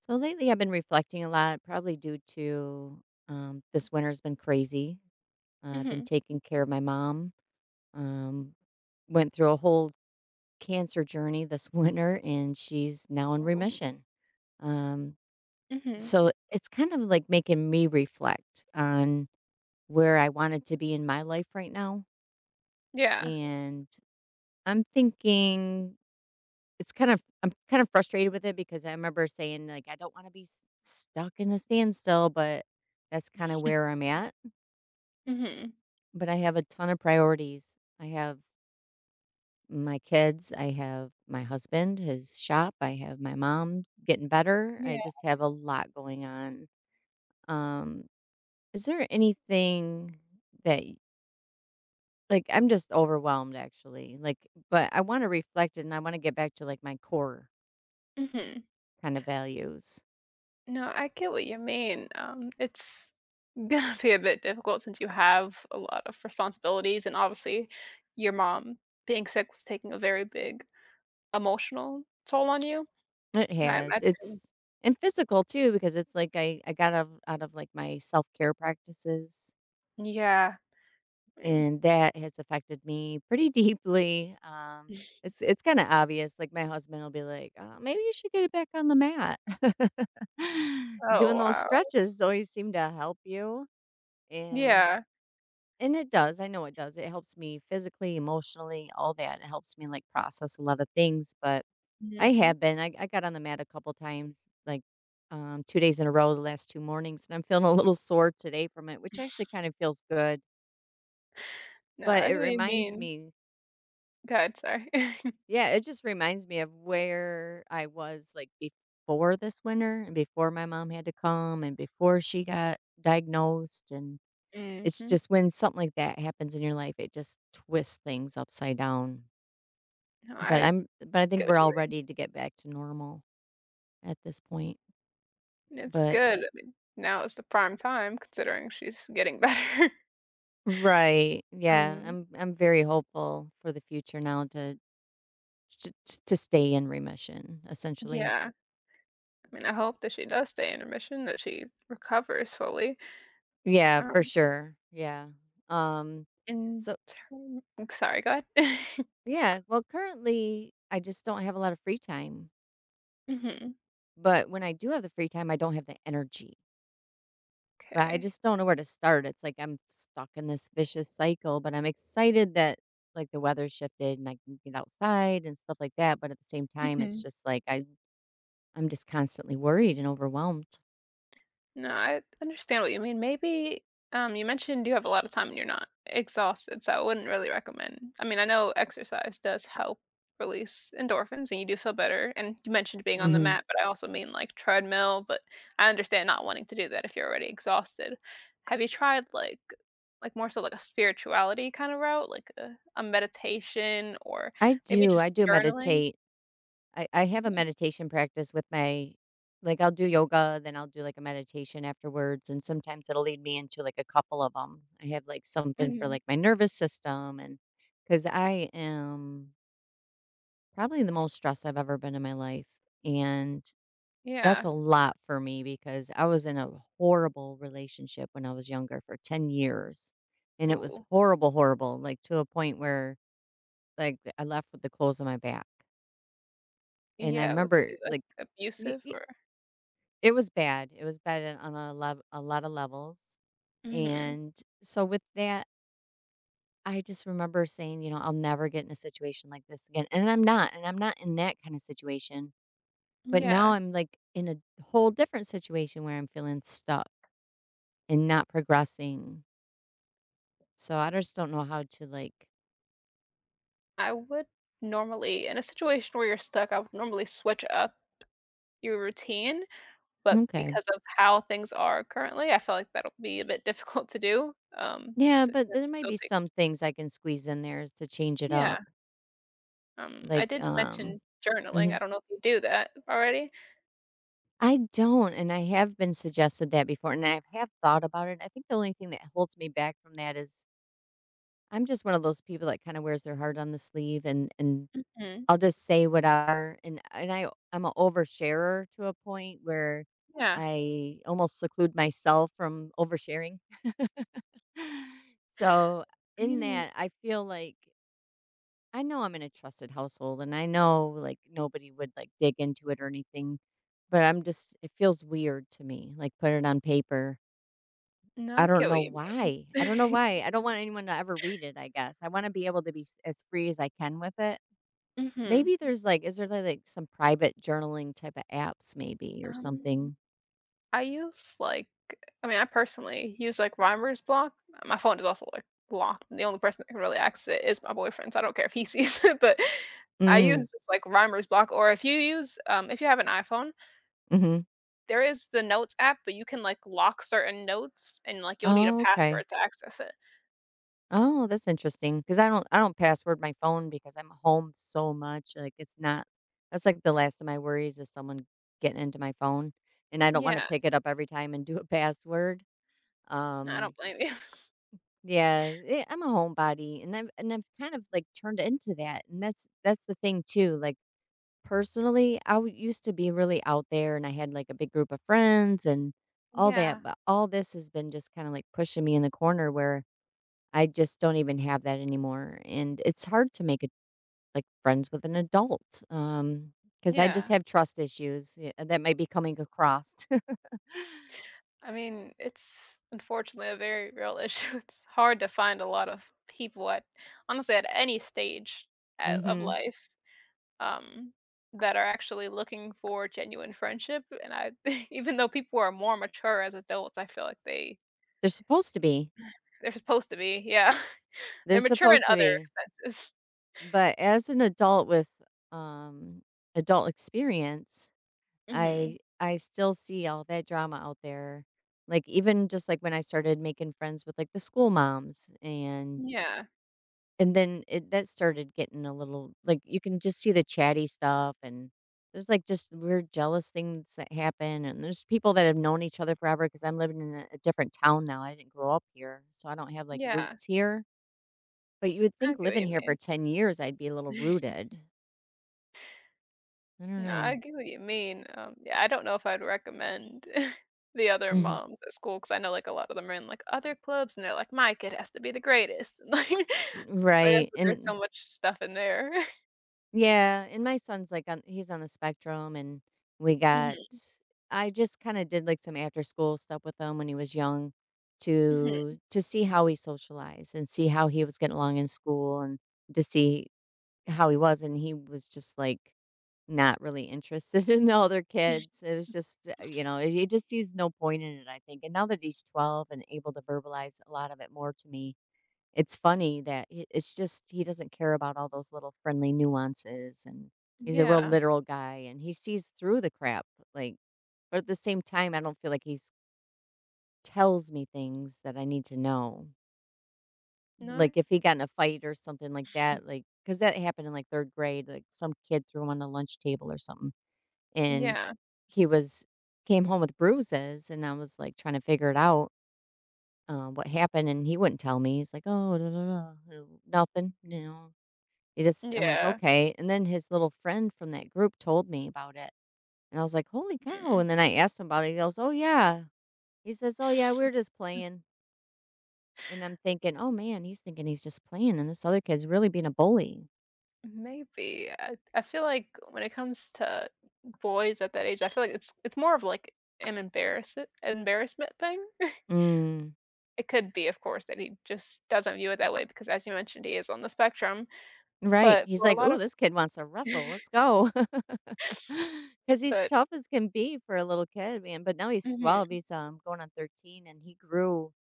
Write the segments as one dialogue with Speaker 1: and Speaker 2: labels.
Speaker 1: So lately, I've been reflecting a lot, probably due to this winter's been crazy. I've been
Speaker 2: Mhm.
Speaker 1: taking care of my mom. Um, went through a whole cancer journey this winter, and she's now in
Speaker 2: Oh.
Speaker 1: remission. Um,
Speaker 2: Mhm.
Speaker 1: so it's kind of like making me reflect on where I wanted to be in my life right now.
Speaker 2: Yeah.
Speaker 1: And I'm thinking It's kind of I'm kind of frustrated with it because I remember saying, like, "I don't wanna be s stuck in a standstill," but that's kinda where I'm at.
Speaker 2: Mhm.
Speaker 1: But I have a ton of priorities. I have my kids, I have my husband, his shop, I have my mom getting better. I
Speaker 2: Yeah.
Speaker 1: just have a lot going on. Um, is there anything that y like, I'm just overwhelmed, actually, like, but I wanna reflect it and I wanna get back to, like, my core
Speaker 2: Mhm.
Speaker 1: kind of values.
Speaker 2: No, I get what you mean. It's gonna be a bit difficult since you have a lot of responsibilities, and obviously, your mom being sick was taking a very big emotional toll on you.
Speaker 1: It
Speaker 2: And I
Speaker 1: has.
Speaker 2: imagine
Speaker 1: It's and physical too because it's like I got out of like my self-care practices
Speaker 2: yeah. I mean
Speaker 1: and that has affected me pretty deeply. It's kind of obvious like my husband will be like, "Maybe you should get it back on the mat." Doing
Speaker 2: oh,
Speaker 1: those
Speaker 2: wow.
Speaker 1: stretches always seem to help you and
Speaker 2: Yeah.
Speaker 1: and it does. I know it does. It helps me physically, emotionally, all that. It helps me like process a lot of things, but I
Speaker 2: Mhm.
Speaker 1: have been. I got on the mat a couple times, like, 2 days in a row, the last 2 mornings, and I'm feeling a little sore today from it, which actually kind of feels good,
Speaker 2: No,
Speaker 1: but
Speaker 2: I
Speaker 1: it
Speaker 2: get what you
Speaker 1: reminds
Speaker 2: mean.
Speaker 1: me
Speaker 2: God, sorry.
Speaker 1: yeah, it just reminds me of where I was, like, before this winter and before my mom had to come and before she got diagnosed, and
Speaker 2: sorry.
Speaker 1: it's
Speaker 2: Mhm.
Speaker 1: just when something like that happens in your life, it just twists things upside down,
Speaker 2: No,
Speaker 1: but
Speaker 2: I
Speaker 1: I think
Speaker 2: get
Speaker 1: we're
Speaker 2: what you
Speaker 1: all
Speaker 2: mean.
Speaker 1: ready to get back to normal at this point,
Speaker 2: It's
Speaker 1: but
Speaker 2: good, I mean, now is the prime time considering she's getting better.
Speaker 1: Right. Yeah.
Speaker 2: Um,
Speaker 1: I'm very hopeful for the future now to, to stay in remission essentially.
Speaker 2: yeah, I mean, I hope that she does stay in remission, that she recovers fully.
Speaker 1: Yeah, for
Speaker 2: Um,
Speaker 1: sure. Yeah. Um
Speaker 2: in
Speaker 1: so
Speaker 2: term sorry, go ahead.
Speaker 1: yeah, well currently I just don't have a lot of free time,
Speaker 2: Mhm,
Speaker 1: but when I do have the free time I don't have the energy. But I
Speaker 2: 'kay.
Speaker 1: just don't know where to start. It's like I'm stuck in this vicious cycle, but I'm excited that like the weather shifted and I can get outside and stuff like that, but at the same time it's
Speaker 2: Mhm.
Speaker 1: just like I'm just constantly worried and overwhelmed.
Speaker 2: No, I understand what you mean. Maybe you mentioned you have a lot of time and you're not exhausted, so I wouldn't really recommend. I mean, I know exercise does help release endorphins and you do feel better. And you mentioned being on the
Speaker 1: Mhm.
Speaker 2: mat, but I also mean like treadmill, but I understand not wanting to do that if you're already exhausted. Have you tried like more so like a spirituality kind of route, like, a meditation or
Speaker 1: I
Speaker 2: maybe
Speaker 1: do, I
Speaker 2: just
Speaker 1: do
Speaker 2: journaling?
Speaker 1: meditate. I have a meditation practice with my like, I'll do yoga, then I'll do, like, a meditation afterwards, and sometimes it'll lead me into, like, a couple of them. I have, like, something for,
Speaker 2: Mhm.
Speaker 1: like, my nervous system and because I am probably the most stressed I've ever been in my life, and that's
Speaker 2: Yeah.
Speaker 1: a lot for me because I was in a horrible relationship when I was younger for 10 years, and it was
Speaker 2: Ooh.
Speaker 1: horrible, horrible, like, to a point where, like, I left with the clothes on my back. And I
Speaker 2: Yeah, was
Speaker 1: remember,
Speaker 2: he like
Speaker 1: like, y
Speaker 2: abusive
Speaker 1: y
Speaker 2: or?
Speaker 1: it was bad on on a lot of levels,
Speaker 2: Mhm.
Speaker 1: and so with that, I just remember saying, you know, "I'll never get in a situation like this again," and I'm not in that kinda situation, but now
Speaker 2: Yeah,
Speaker 1: I'm, like, in a whole different situation where I'm feeling stuck and not progressing, so I just don't know how to, like
Speaker 2: I would normally, in a situation where you're stuck, I would normally switch up your routine, but
Speaker 1: Okay.
Speaker 2: because of how things are currently, I feel like that'll be a bit difficult to do.
Speaker 1: Yeah,
Speaker 2: Since you
Speaker 1: but
Speaker 2: have
Speaker 1: there
Speaker 2: to
Speaker 1: might
Speaker 2: still
Speaker 1: be
Speaker 2: take,
Speaker 1: some things I can squeeze in there is to change it
Speaker 2: yeah.
Speaker 1: up,
Speaker 2: I
Speaker 1: like,
Speaker 2: did mention journaling. I
Speaker 1: Mhm.
Speaker 2: don't know if you do that already.
Speaker 1: I don't, and I have been suggested that before, and I have thought about it. I think the only thing that holds me back from that is I'm just one of those people that kind of wears their heart on the sleeve, and
Speaker 2: Mhm,
Speaker 1: I'll just say what I and I I'm an oversharer to a point where
Speaker 2: yeah,
Speaker 1: I almost seclude myself from oversharing. so
Speaker 2: I
Speaker 1: in
Speaker 2: mean,
Speaker 1: that, I feel like. I know I'm in a trusted household and I know like nobody would like dig into it or anything, but I'm just, it feels weird to me. Like put it on paper.
Speaker 2: no,
Speaker 1: I
Speaker 2: I get
Speaker 1: don't
Speaker 2: what
Speaker 1: know
Speaker 2: you
Speaker 1: why. I don't know
Speaker 2: mean.
Speaker 1: why. I don't want anyone to ever read it, I guess. I want to be able to be s- as free as I can with it.
Speaker 2: hmm.
Speaker 1: Maybe there's like, is there like some private journaling type of apps maybe or
Speaker 2: Um,
Speaker 1: something?
Speaker 2: I use like I mean, I personally use like Rhymer's block. My phone is also like blocked. And the only person that can really access it is my boyfriend, so I don't care if he sees it. But I use
Speaker 1: Mm,
Speaker 2: just like Rhymer's block, or if you use if you have an iPhone,
Speaker 1: mm-hmm.
Speaker 2: there is the Notes app, but you can like lock certain notes, and like you'll need a
Speaker 1: Oh, okay.
Speaker 2: password to access it.
Speaker 1: Oh, that's interesting. Cause I don't password my phone because I'm home so much, like, it's not that's, like, the last of my worries is someone getting into my phone, and I don't wanna
Speaker 2: Yeah,
Speaker 1: pick it up every time and do a password.
Speaker 2: no, I
Speaker 1: Um,
Speaker 2: don't blame you.
Speaker 1: yeah, I'm a homebody, and I've kind of, like, turned into that, and that's the thing too, like, personally, I w used to be really out there, and I had, like, a big group of friends and all
Speaker 2: Yeah,
Speaker 1: that, but all this has been just kinda, like, pushing me in the corner where I just don't even have that anymore, and it's hard to make it like friends with an adult, because I just
Speaker 2: yeah.
Speaker 1: have trust issues, yeah, that might be coming across.
Speaker 2: I mean, it's unfortunately a very real issue. It's hard to find a lot of people at honestly at any stage of
Speaker 1: Mhm.
Speaker 2: life um, that are actually looking for genuine friendship. And I, even though people are more mature as adults, I feel like they
Speaker 1: They're supposed to be.
Speaker 2: they're supposed to be. Yeah, they're
Speaker 1: They're
Speaker 2: mature in
Speaker 1: supposed to
Speaker 2: other
Speaker 1: be.
Speaker 2: senses.
Speaker 1: But as an adult with, um, adult experience,
Speaker 2: Hmm.
Speaker 1: I still see all that drama out there. Like, even just, like, when I started making friends with, like, the school moms
Speaker 2: Yeah,
Speaker 1: and then it that started getting a little like, you can just see the chatty stuff, and there's, like, just weird jealous things that happen, and there's people that have known each other forever because 'cause I'm living in a different town now, I didn't grow up here, so I don't have, like,
Speaker 2: yeah,
Speaker 1: roots here, but you would
Speaker 2: I
Speaker 1: think
Speaker 2: get what
Speaker 1: living
Speaker 2: you
Speaker 1: here for
Speaker 2: mean.
Speaker 1: 10 years, I'd be a little rooted. I don't
Speaker 2: No,
Speaker 1: know.
Speaker 2: I get what you mean. Yeah, I don't know if I'd recommend the other
Speaker 1: Mhm.
Speaker 2: moms at school because I know like a lot of them are in like other clubs and they're like, my kid has to be the greatest. And, like I feel
Speaker 1: Right,
Speaker 2: there's so
Speaker 1: and
Speaker 2: much stuff in there.
Speaker 1: yeah, and my son's like on he's on the spectrum and we got
Speaker 2: hmm.
Speaker 1: I just kind of did like some after school stuff with him when he was young
Speaker 2: Hmm.
Speaker 1: to see how he socialized and see how he was getting along in school and to see how he was and he was just like not really interested in the other kids. It was just you know, he just sees no point in it, I think. And now that he's 12 and able to verbalize a lot of it more to me, it's funny that I it's just he doesn't care about all those little friendly nuances, and he's a real
Speaker 2: Yeah.
Speaker 1: literal guy, and he sees through the crap, like but at the same time, I don't feel like he tells me things that I need to know.
Speaker 2: No.
Speaker 1: Like, if he got in a fight or something like that, like because that happened in, like, 3rd grade, like, some kid threw him on the lunch table or something, and
Speaker 2: Yeah,
Speaker 1: he was came home with bruises, and I was, like, trying to figure it out, what happened, and he wouldn't tell me. He's like, "Oh, da, da, da, nothing," you know? He just I'm like,
Speaker 2: yeah,
Speaker 1: "Okay," and then his little friend from that group told me about it, and I was like, "Holy cow,"
Speaker 2: mm.
Speaker 1: and then I asked him about it, he goes, "Oh, yeah." He says, "Oh, yeah, we are just playing," and I'm thinking, "Oh, man, he's thinking he's just playing, and this other kid's really being a bully."
Speaker 2: Maybe, I feel like when it comes to boys at that age, I feel like it's more of, like, an embarrassment thing.
Speaker 1: Mm,
Speaker 2: It could be, of course, that he just doesn't view it that way because as you mentioned, he is on the spectrum,
Speaker 1: right,
Speaker 2: but
Speaker 1: he's
Speaker 2: for a
Speaker 1: like,
Speaker 2: lot
Speaker 1: oh,
Speaker 2: of
Speaker 1: this kid wants to wrestle, let's go." go, because he's
Speaker 2: but
Speaker 1: tough as can be for a little kid, man, but now he's 12,
Speaker 2: mhm,
Speaker 1: he's, going on 13, and he grew,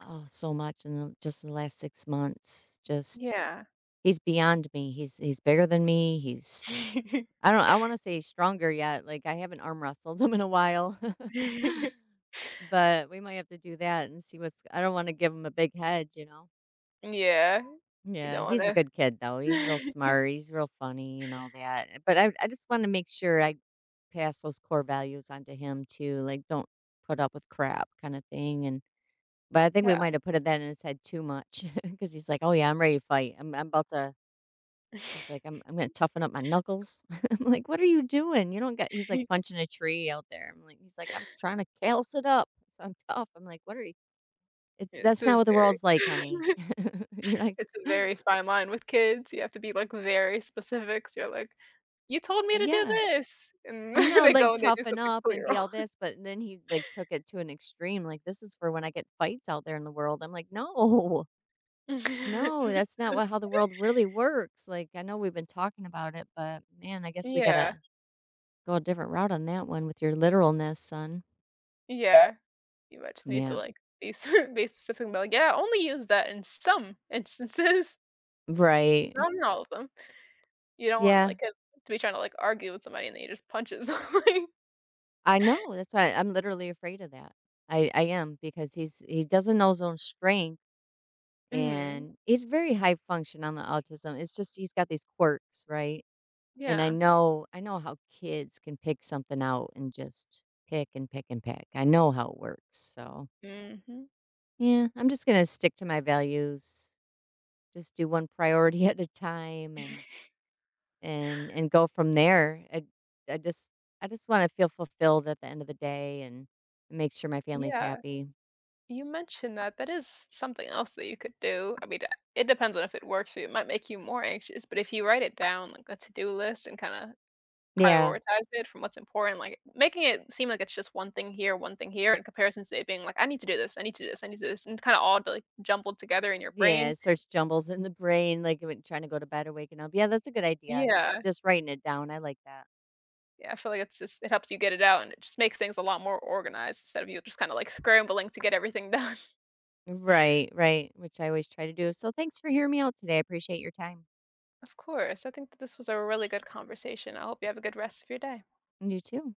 Speaker 1: oh, so much in the just the last 6 months, just
Speaker 2: yeah.
Speaker 1: He's beyond me. He's bigger than me. He's I don't I wanna say stronger yet, like, I haven't arm wrestled him in a while. But we might have to do that and see what's I don't wanna give him a big head, you know?
Speaker 2: Yeah, you
Speaker 1: Yeah,
Speaker 2: don't
Speaker 1: he's a
Speaker 2: wanna
Speaker 1: good kid, though. He's real smart, he's real funny and all that, eh, but I just wanna make sure I pass those core values onto him too, like, don't put up with crap kinda thing, and but I think we
Speaker 2: yeah.
Speaker 1: might have put that in his head too much because he's like, "Oh, yeah, I'm ready to fight. I'm about to He's like, "I'm I'm gonna toughen up my knuckles." I'm like, "What are you doing? You don't get. He's like punching a tree out there. I'm like, he's like, "I'm trying to calce it up, so I'm tough." I'm like, "What are you?" It,
Speaker 2: It's
Speaker 1: that's not
Speaker 2: a
Speaker 1: what the
Speaker 2: very
Speaker 1: world's like, honey. You're like,
Speaker 2: it's a very fine line with kids, you have to be, like, very specific, so you're like, "You told me to do
Speaker 1: yeah,
Speaker 2: this," and
Speaker 1: I know,
Speaker 2: they
Speaker 1: like
Speaker 2: go and they do
Speaker 1: toughen
Speaker 2: something
Speaker 1: up
Speaker 2: completely
Speaker 1: and be all
Speaker 2: wrong.
Speaker 1: this, but then he like took it to an extreme. Like this is for when I get fights out there in the world. I'm like, no, no, that's not what how the world really works. Like I know we've been talking about it, but man, I guess we
Speaker 2: Yeah,
Speaker 1: gotta go a different route on that one with your literalness, son.
Speaker 2: yeah, you might just need to,
Speaker 1: Yeah.
Speaker 2: like, be s be specific and be like, "Yeah, only use that in some instances,
Speaker 1: Right.
Speaker 2: not in all of them." You don't want,
Speaker 1: Yeah.
Speaker 2: like, 'cause to be trying to, like, argue with somebody and then you just punches somebody.
Speaker 1: I know. That's why I'm literally afraid of that. I am because he doesn't know his own strength
Speaker 2: Mhm,
Speaker 1: and he's very high function on the autism. It's just he's got these quirks, right? And I
Speaker 2: yeah,
Speaker 1: know I know how kids can pick something out and just pick and pick and pick. I know how it works. So
Speaker 2: mhm,
Speaker 1: yeah, I'm just gonna stick to my values. Just do one priority at a time and go from there. I just I just want to feel fulfilled at the end of the day and make sure my family's
Speaker 2: yeah.
Speaker 1: happy.
Speaker 2: You mentioned that. That is something else that you could do. I mean, it depends on if it works for you. It might make you more anxious, but if you write it down, like a to do list, and kind of
Speaker 1: Yeah.
Speaker 2: prioritize it from what's important, like making it seem like it's just one thing here, in comparison to it being like, I need to do this, I need to do this, I need to do this, and kind of all like jumbled together in your
Speaker 1: Yeah,
Speaker 2: brain.
Speaker 1: it starts jumbles in the brain, like when trying to go to bed or waking up. Yeah, that's a good idea. Just
Speaker 2: Yeah.
Speaker 1: just writing it down. I like that.
Speaker 2: Yeah. I feel like it's just, it helps you get it out and it just makes things a lot more organized instead of you just kind of like scrambling to get everything done.
Speaker 1: Right, right. Which I always try to do. So thanks for hearing me out today. I appreciate your time.
Speaker 2: Of course. I think that this was a really good conversation. I hope you have a good rest of your day.
Speaker 1: You too.